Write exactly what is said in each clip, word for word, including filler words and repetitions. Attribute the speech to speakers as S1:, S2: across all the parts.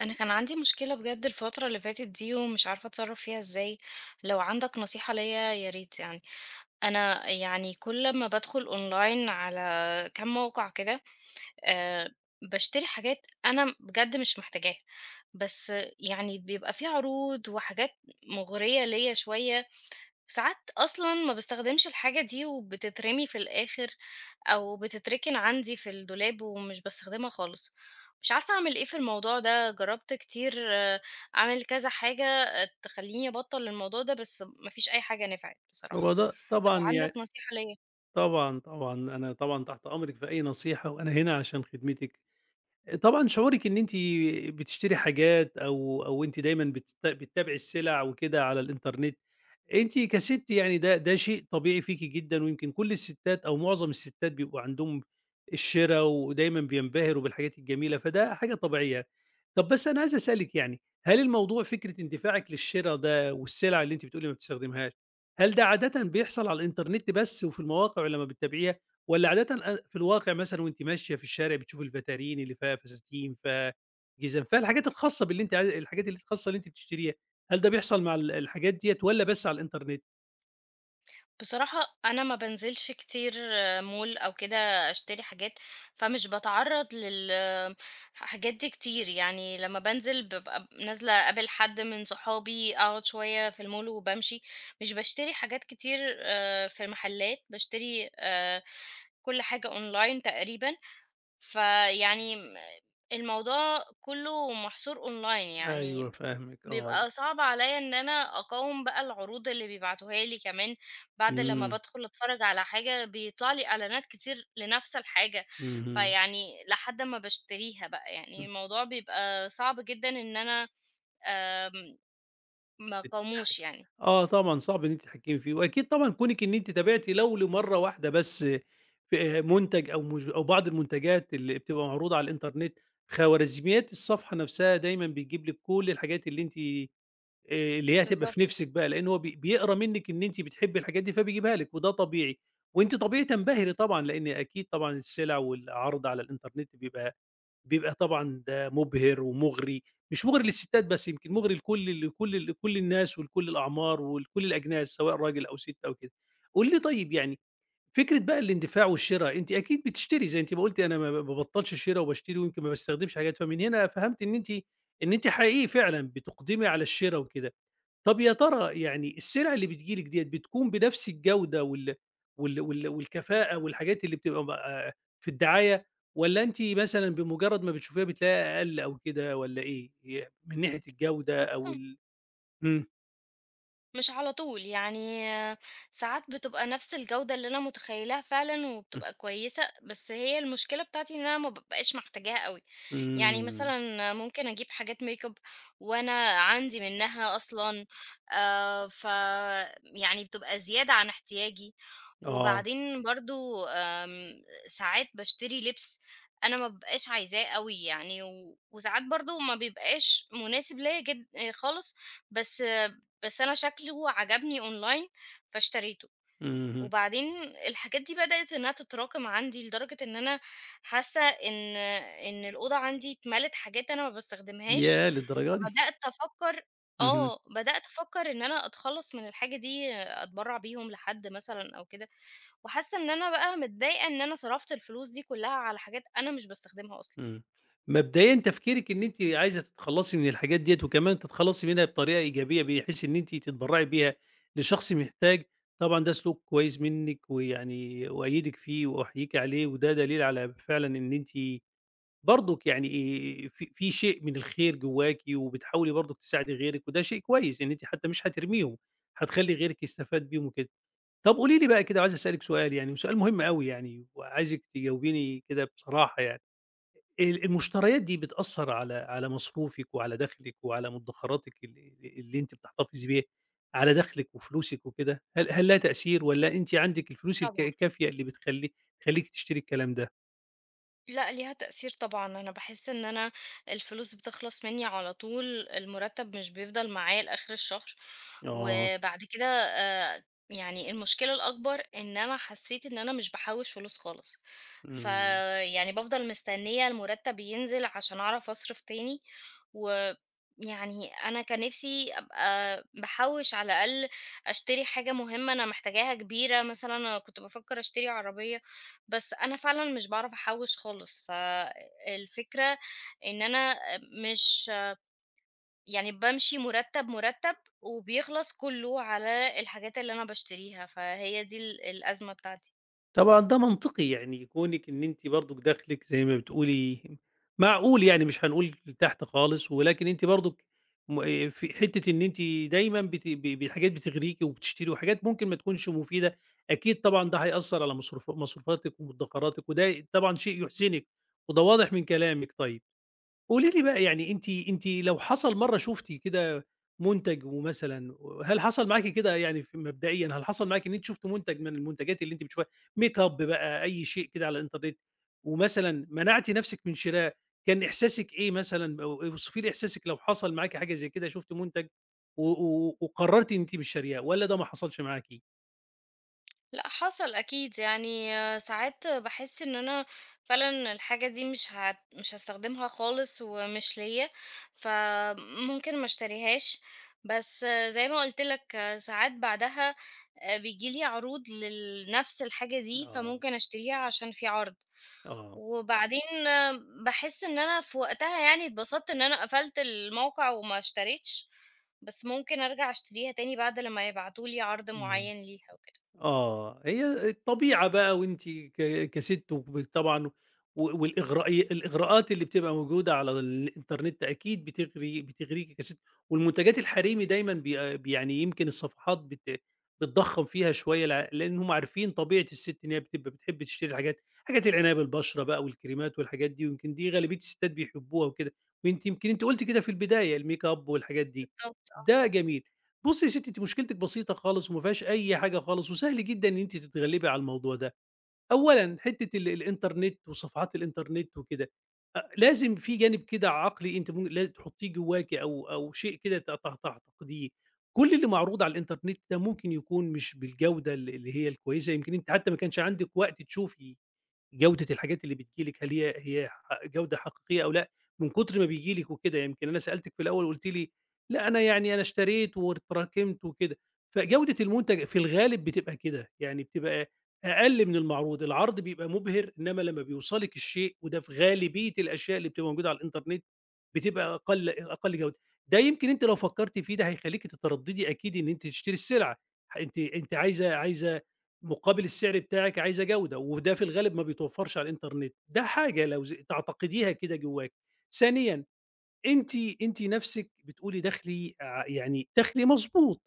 S1: أنا كان عندي مشكلة بجد الفترة اللي فاتت دي ومش عارفة أتصرّف فيها إزاي، لو عندك نصيحة ليّا يا ريت يعني. أنا يعني كل ما بادخل أونلاين على كام موقع كده آآ، باشتري حاجات أنا بجد مش محتاجاها، بس يعني بيبقى في عروض وحاجات مغرية ليّا شوية وساعات أصلًا ما باستخدمش الحاجة دي وبتترمي في الآخر أو بتتركن عندي في الدولاب ومش باستخدمها خالص. مش عارفة أعمل إيه في الموضوع ده، جرّبت كتير آه، أعمل كذا حاجة آه، تخلّيني أبطّل الموضوع ده، بس ما فيش أي حاجة نفعت بصراحة.
S2: هو ده
S1: لو
S2: طبعًا يع
S1: عندك نصيحة ليّا
S2: طبعًا، طبعًا، أنا طبعًا تحت أمرِك في أي نصيحة، وأنا هنا عشان خدمتِك. طبعًا شعورِك إن أنتِ بتشتري حاجات أو أو أنتِ دايمًا بتست بتتابعي السلع وكده على الإنترنت، أنتِ كسِت يعني ده ده شيء طبيعي فيكِ جدًا، ويمكن كل الستات أو معظم الستات بيبقوا عندهم الشِرا ودايمًا بينبهروا بالحاجات الجميلة، فده حاجة طبيعية. طَب بس أنا عايز أسألِك يعني، هل الموضوع فكرة اندفاعِك للشِرا ده والسلع اللي أنتِ بتقولي ما بتستخدميهاش، هل ده عادةً بيحصل على الإنترنت بس وفي المواقع لمّا بتتابعيها؟ والّا عادةً أ في الواقع مثلًا وأنتِ ماشية في الشارع بتشوفي الفاترين اللي فيها فساتين، فيها جزم، فيها الحاجات الخاصة باللي أنتِ عاي الحاجات اللي الخاصة اللي أنتِ بتشتريها، هل ده بيحصل مع ال الحاجات ديّة والّا بس على الإنترنت؟
S1: بصراحة أنا ما بانزلش كتير مول أو كده أشتري حاجات فمش باتعرّض للحاجات دي كتير، يعني لمّا بانزل بابقى نازلة أقابل حد من صحابي، أقعد شوية في المول وبامشي، مش باشتري حاجات كتير آآ في محلات، باشتري آآ كل حاجة online تقريبًا، فيعني م الموضوع كُلّه محصور online
S2: أيوه
S1: يعني
S2: فاهمِك آه.
S1: بيبقى صعب عليّا إن أنا أقاوم بقى العروض اللي بيبعتوها لي كمان، بعد لمّا
S2: إمم.
S1: بادخل أتفرّج على حاجة بيطلع لي إعلانات كتير لنفس الحاجة،
S2: اهم.
S1: فيعني لحد ما باشتريها بقى، يعني
S2: إمم.
S1: الموضوع بيبقى صعب جدًا إن أنا آمم ما
S2: بتتحك
S1: اقاوموش يعني.
S2: آه، طبعًا صعب إن أنتِ تتحكمي فيه، وأكيد طبعًا كونِك إن أنتِ تابعتِ لو لمرّة واحدة بس في منتج أو مج أو بعض المنتجات اللي بتبقى معروضة على الإنترنت، خوارزميات الصفحة نفسها دايمًا بتجيب لِك كل الحاجات اللي أنتِ آآ اللي هي هتبقى
S1: بالضبط.
S2: في نِفسِك بقى، لإن هو بي بيقرا منِّك إن أنتِ بتحبّي الحاجات دي فبيجيبها لِك وده طبيعي، وأنتِ طبيعي تنبهري طبعًا، لإن أكيد طبعًا السلع والعرض على الإنترنت بيبقى بيبقى طبعًا ده مُبهِر ومُغري، مش مُغري للستات بس يمكن مُغري لكل لكل لكل الناس ولكل الأعمار ولكل الأجناس سواء راجل أو ست أو كده. قولي لي طيب يعني فكرة بقى الاندفاع والشِرا، أنتِ أكيد بتشتري زي أنتِ ما قُلتِ أنا ما ما بابطّلش شِرا وباشتري ويمكن ما باستخدمش حاجات، فمن هنا فهمت إن أنتِ إن أنتِ حقيقي فعلًا بتُقدمي على الشِرا وكده. طب يا ترى يعني السلع اللي بتيجي لِك ديّة بتكون بنفس الجودة وال وال وال والكفاءة والحاجات اللي بتبقى م آه في الدعاية والّا أنتِ مثلًا بمجرد ما بتشوفيها بتلاقيها أقل أو كده والّا إيه؟ ي من ناحية الجودة أو
S1: بس
S2: ال إمم.
S1: مش على طول، يعني آه، ساعات بتبقى نفس الجودة اللي أنا متخيّلاها فعلًا وبتبقى كويسة، بس هي المشكلة بتاعتي إن أنا ما بابقاش محتاجاها أوي، يعني
S2: إمم.
S1: مثلًا ممكن أجيب حاجات makeup وأنا عندي منها أصلًا آآ، ف يعني بتبقى زيادة عن احتياجي،
S2: آه.
S1: وبعدين برضه آمم، ساعات باشتري لبس أنا ما بابقاش عايزاه أوي يعني، و وساعات برضه ما بيبقاش مناسب ليّا جد آه، خالص، بس بس أنا شكله عجبني أونلاين فاشتريته،
S2: اهم.
S1: وبعدين الحاجات دي بدأت إنها تتراكم عندي لدرجة إن أنا حاسة إن إن الأوضة عندي اتملت حاجات أنا ما باستخدمهاش،
S2: ياه للدرجة دي!
S1: فبدأت أفكر
S2: اهم.
S1: آه، بدأت أفكر إن أنا أتخلص من الحاجة دي أتبرع بيهم لحد مثلًا أو كده، وحاسة إن أنا بقى متضايقة إن أنا صرفت الفلوس دي كلها على حاجات أنا مش باستخدمها أصلًا.
S2: إمم. مبدئيًا تفكيرِك إن أنتِ عايزة تتخلّصي من الحاجات ديّة وكمان تتخلّصي منها بطريقة إيجابية بحيث إن أنتِ تتبرّعي بيها لشخص محتاج، طبعًا ده سلوك كويس منِّك ويعني أؤيّدِك فيه وأحييكِ عليه، وده دليل على فعلًا إن أنتِ برضُك يعني آآ في في شيء من الخير جوّاكِ وبتحاولي برضُك تساعدي غيرِك وده شيء كويس إن أنتِ حتّى مش هترميهم، هتخلّي غيرِك يستفاد بيهم وكده. طَب قولي لي بقى كده وعايز أسألِك سؤال يعني وسؤال مهم أوي يعني وعايزِك تجاوبيني كده بصراحة يعني. ال المشتريات دي بتأثّر على على مصروفِك وعلى دخلِك وعلى مدخراتِك ال اللي أنتِ بتحتفظي بيها، على دخلِك وفلوسِك وكده، هل هل لها تأثير والّا أنتِ عندِك الفلوس الك
S1: طبعًا.
S2: الكافية اللي بتخلّي تخلّيكِ تشتري الكلام ده؟
S1: لأ، ليها تأثير طبعًا، أنا باحس إن أنا الفلوس بتخلص مني على طول، المرتب مش بيفضل معايا لآخر الشهر،
S2: آه.
S1: وبعد كده آآ، يعني المشكلة الأكبر إن أنا حسيت إن أنا مش باحوّش فلوس خالص،
S2: إمم.
S1: فيعني بافضل مستنية المرتب ينزل عشان أعرف أصرف تاني، ويعني أنا كان نفسي أبقى باحوّش على الأقل أشتري حاجة مهمة أنا محتاجاها كبيرة، مثلًا أنا كنت بافكر أشتري عربية بس أنا فعلًا مش باعرف أحوّش خالص، فالفكرة إن أنا مش يعني بامشي مُرتّب، مُرتّب وبيخلص كلّه على الحاجات اللي أنا باشتريها، فهي دي ال الأزمة بتاعتي.
S2: طبعًا ده منطقي، يعني كونِك إن أنتِ برضُك دخلِك زي ما بتقولي معقول يعني مش هنقول تحت خالص، ولكن أنتِ برضُك م آآ في حتّة إن أنتِ دايمًا بت ب بحاجات بتغريكِ وبتشتري وحاجات ممكن ما تكونش مفيدة، أكيد طبعًا ده هيأثّر على مصروف مصروفاتِك ومدخراتِك، وده طبعًا شيء يحزنِك، وده واضح من كلامِك طيب. قولي لي بقى يعني أنتِ أنتِ لو حصل مرّة شُفتِ كده منتج ومثلًا هل حصل معاكِ كده يعني ف مبدئيًا هل حصل معاكِ إن أنتِ شُفتِ منتج من المنتجات اللي أنتِ بتشوفيها make up بقى، أي شيء كده على الإنترنت، ومثلًا منعتِ نَفْسِك من شراه، كان إحساسِك إيه مثلًا أو اوصفي لي إحساسِك لو حصل معاكِ حاجة زي كده شُفتِ منتج و و وقررتِ إن أنتِ مش شارياه والّا ده ما حصلش معاكِ؟
S1: لأ حصل أكيد، يعني آه، ساعات باحس إن أنا فعلًا الحاجة دي مش هت مش هاستخدمها خالص ومش ليّا، فممكن ما اشتريهاش، بس آه، زي ما قُلت لك ساعات بعدها آآ بييجي لي عروض لل نفس الحاجة دي،
S2: آه.
S1: فممكن اشتريها عشان في عرض،
S2: آه.
S1: وبعدين باحس إن أنا في وقتها يعني اتبسطت إن أنا قفلت الموقع وما اشتريتش، بس ممكن أرجع اشتريها تاني بعد لمّا يبعتوا لي عرض
S2: إمم.
S1: معيّن ليها وكده.
S2: آه، هي الطبيعة بقى وأنتِ ك كسِت وب طبعًا و والإغرائي الإغراءات اللي بتبقى موجودة على الإنترنت أكيد بتغري بتغريكِ كسِت، والمنتجات الحريمي دايمًا بي بي يعني يمكن الصفحات بت بتضخّم فيها شوية لع لأن هم عارفين طبيعة السِت إن هي بتبقى بتحب تشتري الحاجات حاجات العناية بالبشرة بقى والكريمات والحاجات دي، ويمكن دي غالبية السِتات بيحبوها وكده، وأنتِ يمكن أنتِ قُلتِ كده في البداية الmakeup والحاجات دي،
S1: بالضبط.
S2: ده جميل. بُصّي يا ستّي أنتِ مشكلتِك بسيطة خالص وما فيهاش أي حاجة خالص وسهل جدًا إن أنتِ تتغلّبي على الموضوع ده. أولًا حتّة ال الإنترنت وصفحات الإنترنت وكده، أ لازم في جانب كده عقلي أنتِ مم لا تحطّيه جواكِ أو أو شيء كده ت ت تعتقديه. كل اللي معروض على الإنترنت ده ممكن يكون مش بالجودة ال اللي هي الكويسة، يمكن أنتِ حتّى ما كانش عندِك وقت تشوفي جودة الحاجات اللي بتيجي لِك، هل هي هي ح جودة حقيقية أو لأ، من كتر ما بييجي لِك وكده. يمكن أنا سألتِك في الأول قُلتِ لي: "لأ، أنا يعني أنا اشتريت واتراكمت وكده." فجودة المنتج في الغالب بتبقى كده، يعني بتبقى أقل من المعروض، العرض بيبقى مُبهِر، إنّما لمّا بيوصلِك الشيء وده في غالبية الأشياء اللي بتبقى موجودة على الإنترنت، بتبقى أقل أقل جودة. ده يمكن أنتِ لو فكّرتِ فيه ده هيخلّيكِ تتردّدي أكيد إن أنتِ تشتري السلعة، ح أنتِ أنتِ عايزة عايزة مُقابل السعر بتاعِك عايزة جودة، وده في الغالب ما بيتوفّرش على الإنترنت، ده حاجة لو ز تعتقديها كده جوّاكِ. ثانيًا أنتِ أنتِ نَفْسِك بتقولي دخلي آآ يعني دخلي مضبوط،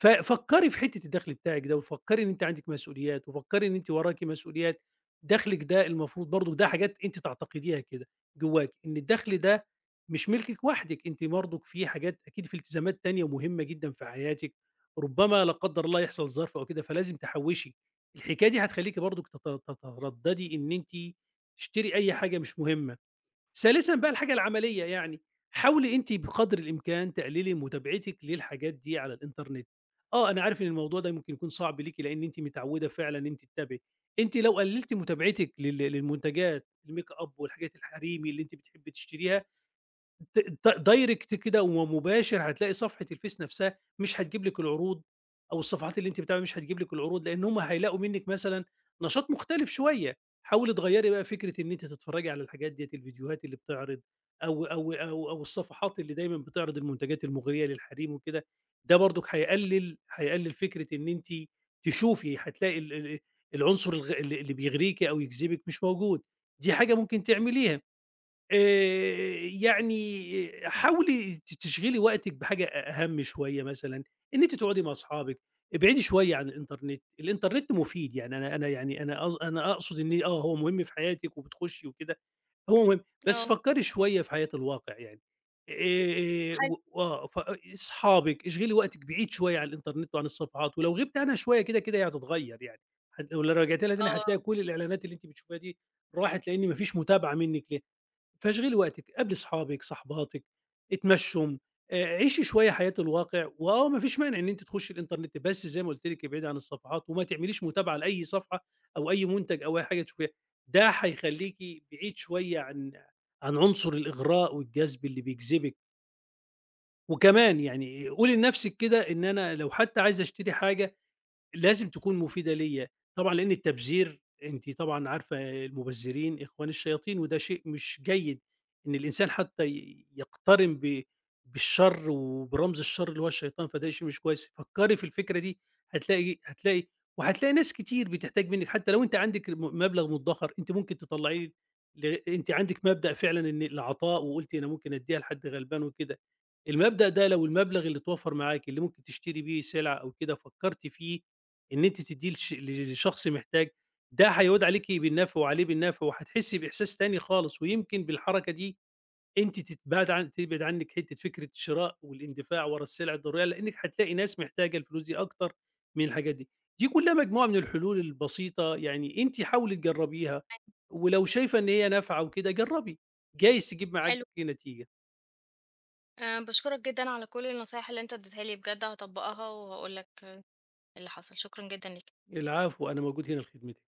S2: ففكّري في حتّة الدخل بتاعِك ده، وفكّري إن أنتِ عندِك مسؤوليات، وفكّري إن أنتِ وراكِ مسؤوليات، دخلِك ده المفروض برضه ده حاجات أنتِ تعتقديها كده جواكِ، إن الدخل ده مش ملكِك وحدِك، أنتِ برضُك في حاجات أكيد في التزامات تانية مهمة جدًا في حياتِك، ربما لا قدّر الله يحصل ظرف أو كده فلازم تحوّشي، الحكاية دي هتخلّيكِ برضُك تت تتردّدي إن أنتِ تشتري أي حاجة مش مهمة. ثالثًا بقى الحاجة العملية يعني، حاولي أنتِ بقدر الإمكان تقللي متابعتِك للحاجات دي على الإنترنت. آه، أنا عارف إن الموضوع ده ممكن يكون صعب ليكِ لإن أنتِ متعودة فعلًا إن أنتِ تتابعي. أنتِ لو قللتِ متابعتِك لل للمنتجات الmakeup والحاجات الحريمي اللي أنتِ بتحبي تشتريها د د دايركت كده ومباشر هتلاقي صفحة الفيس نفسها مش هتجيب لِك العروض، أو الصفحات اللي أنتِ بتتابعيها مش هتجيب لِك العروض، لإن هم هيلاقوا منِّك مثلًا نشاط مختلف شوية، حاولي تغيّري بقى فكرة إن أنتِ تتفرّجي على الحاجات ديّة، الفيديوهات اللي بتعرض أو أو أو أو الصفحات اللي دايمًا بتعرض المنتجات المغرية للحريم وكده، ده برضُك هيقلل هيقلل فكرة إن أنتِ تشوفي، هتلاقي ال ال العنصر الغ اللي اللي بيغريكِ أو يجذبِك مش موجود، دي حاجة ممكن تعمليها. آآ يعني حاولي ت تشغلي وقتِك بحاجة أ أهَم شوية مثلًا، إن أنتِ تقعدي مع أصحابِك، ابعدي شوية عن الإنترنت، الإنترنت مفيد، يعني أنا أنا يعني أنا قص أنا أقصد إن آه، هو مهم في حياتِك وبتخشي وكده، هو مهم، بس
S1: آه،
S2: فكّري
S1: مفهوم.
S2: شوية في حياة الواقع يعني. آآ
S1: حلو
S2: و آه، ف أصحابِك، اشغلي وقتِك بعيد شوية عن الإنترنت وعن الصفحات، ولو غِبتِ عنها شوية كده، كده هي هتتغيّر يعني، هت لو رجعتِ لها تاني
S1: آه،
S2: هتلاقي كل الإعلانات اللي أنتِ بتشوفيها دي راحت، لإن ما فيش متابعة منِّك ليها. فاشغلي وقتِك، قابلي صحابِك، صاحباتِك، اتمشّوا، آآ عيشي شوية حياة الواقع، وآه ما فيش مانع إن أنتِ تخشّي الإنترنت، بس زي ما قُلت لِك ابعدي عن الصفحات وما تعمليش متابعة لأي صفحة أو أي منتج أو أي حاجة تشوفيها، ده هيخلّيكِ بعيد شوية عن عن عنصر الإغراء والجذب اللي بيجذبِك، وكمان يعني قولي لنَفْسِك كده إن أنا لو حتى عايزة أشتري حاجة لازم تكون مفيدة ليّا، طبعًا لإن التبذير أنتِ طبعًا عارفة المبذرين إخوان الشياطين، وده شيء مش جيد إن الإنسان حتى ي يقترن ب بالشر وبرمز الشر اللي هو الشيطان، فده شيء مش كويس. فكّري في الفكرة دي هتلاقي هتلاقي وهتلاقي ناس كتير بتحتاج منِّك حتى لو أنتِ عندِك م مبلغ مدّخر أنتِ ممكن تطلّعيه ل أنتِ عندِك مبدأ فعلًا إن العطاء وقُلتِ أنا ممكن أدّيها لحد غلبان وكده، المبدأ ده لو المبلغ اللي اتوفّر معاكِ اللي ممكن تشتري بيه سلعة أو كده فكّرتِ فيه إن أنتِ تدّيه لش لشخص محتاج، ده هيعود عليكِ بالنفع وعليه بالنفع، وهتحسي بإحساس تاني خالص، ويمكن بالحركة دي أنتِ تتبعد عن تبعد عنِك حتّة فكرة الشراء والاندفاع ورا السلع الضرورية، لإنِك هتلاقي ناس محتاجة الفلوس دي أكتر من الحاجات دي. دي كلّها مجموعة من الحلول البسيطة، يعني أنتِ حاولي تجرّبيها، ولو شايفة إن هي نافعة وكده جرّبي، جايز تجيب معاكِ
S1: حلو.
S2: نتيجة.
S1: أنا باشكرك جدًا على كل النصايح اللي أنت اديتها لي، بجد هاطبّقها وهاقول لك اللي حصل. شكرًا جدًا ليك.
S2: العفو، أنا موجود هنا لخدمتِك.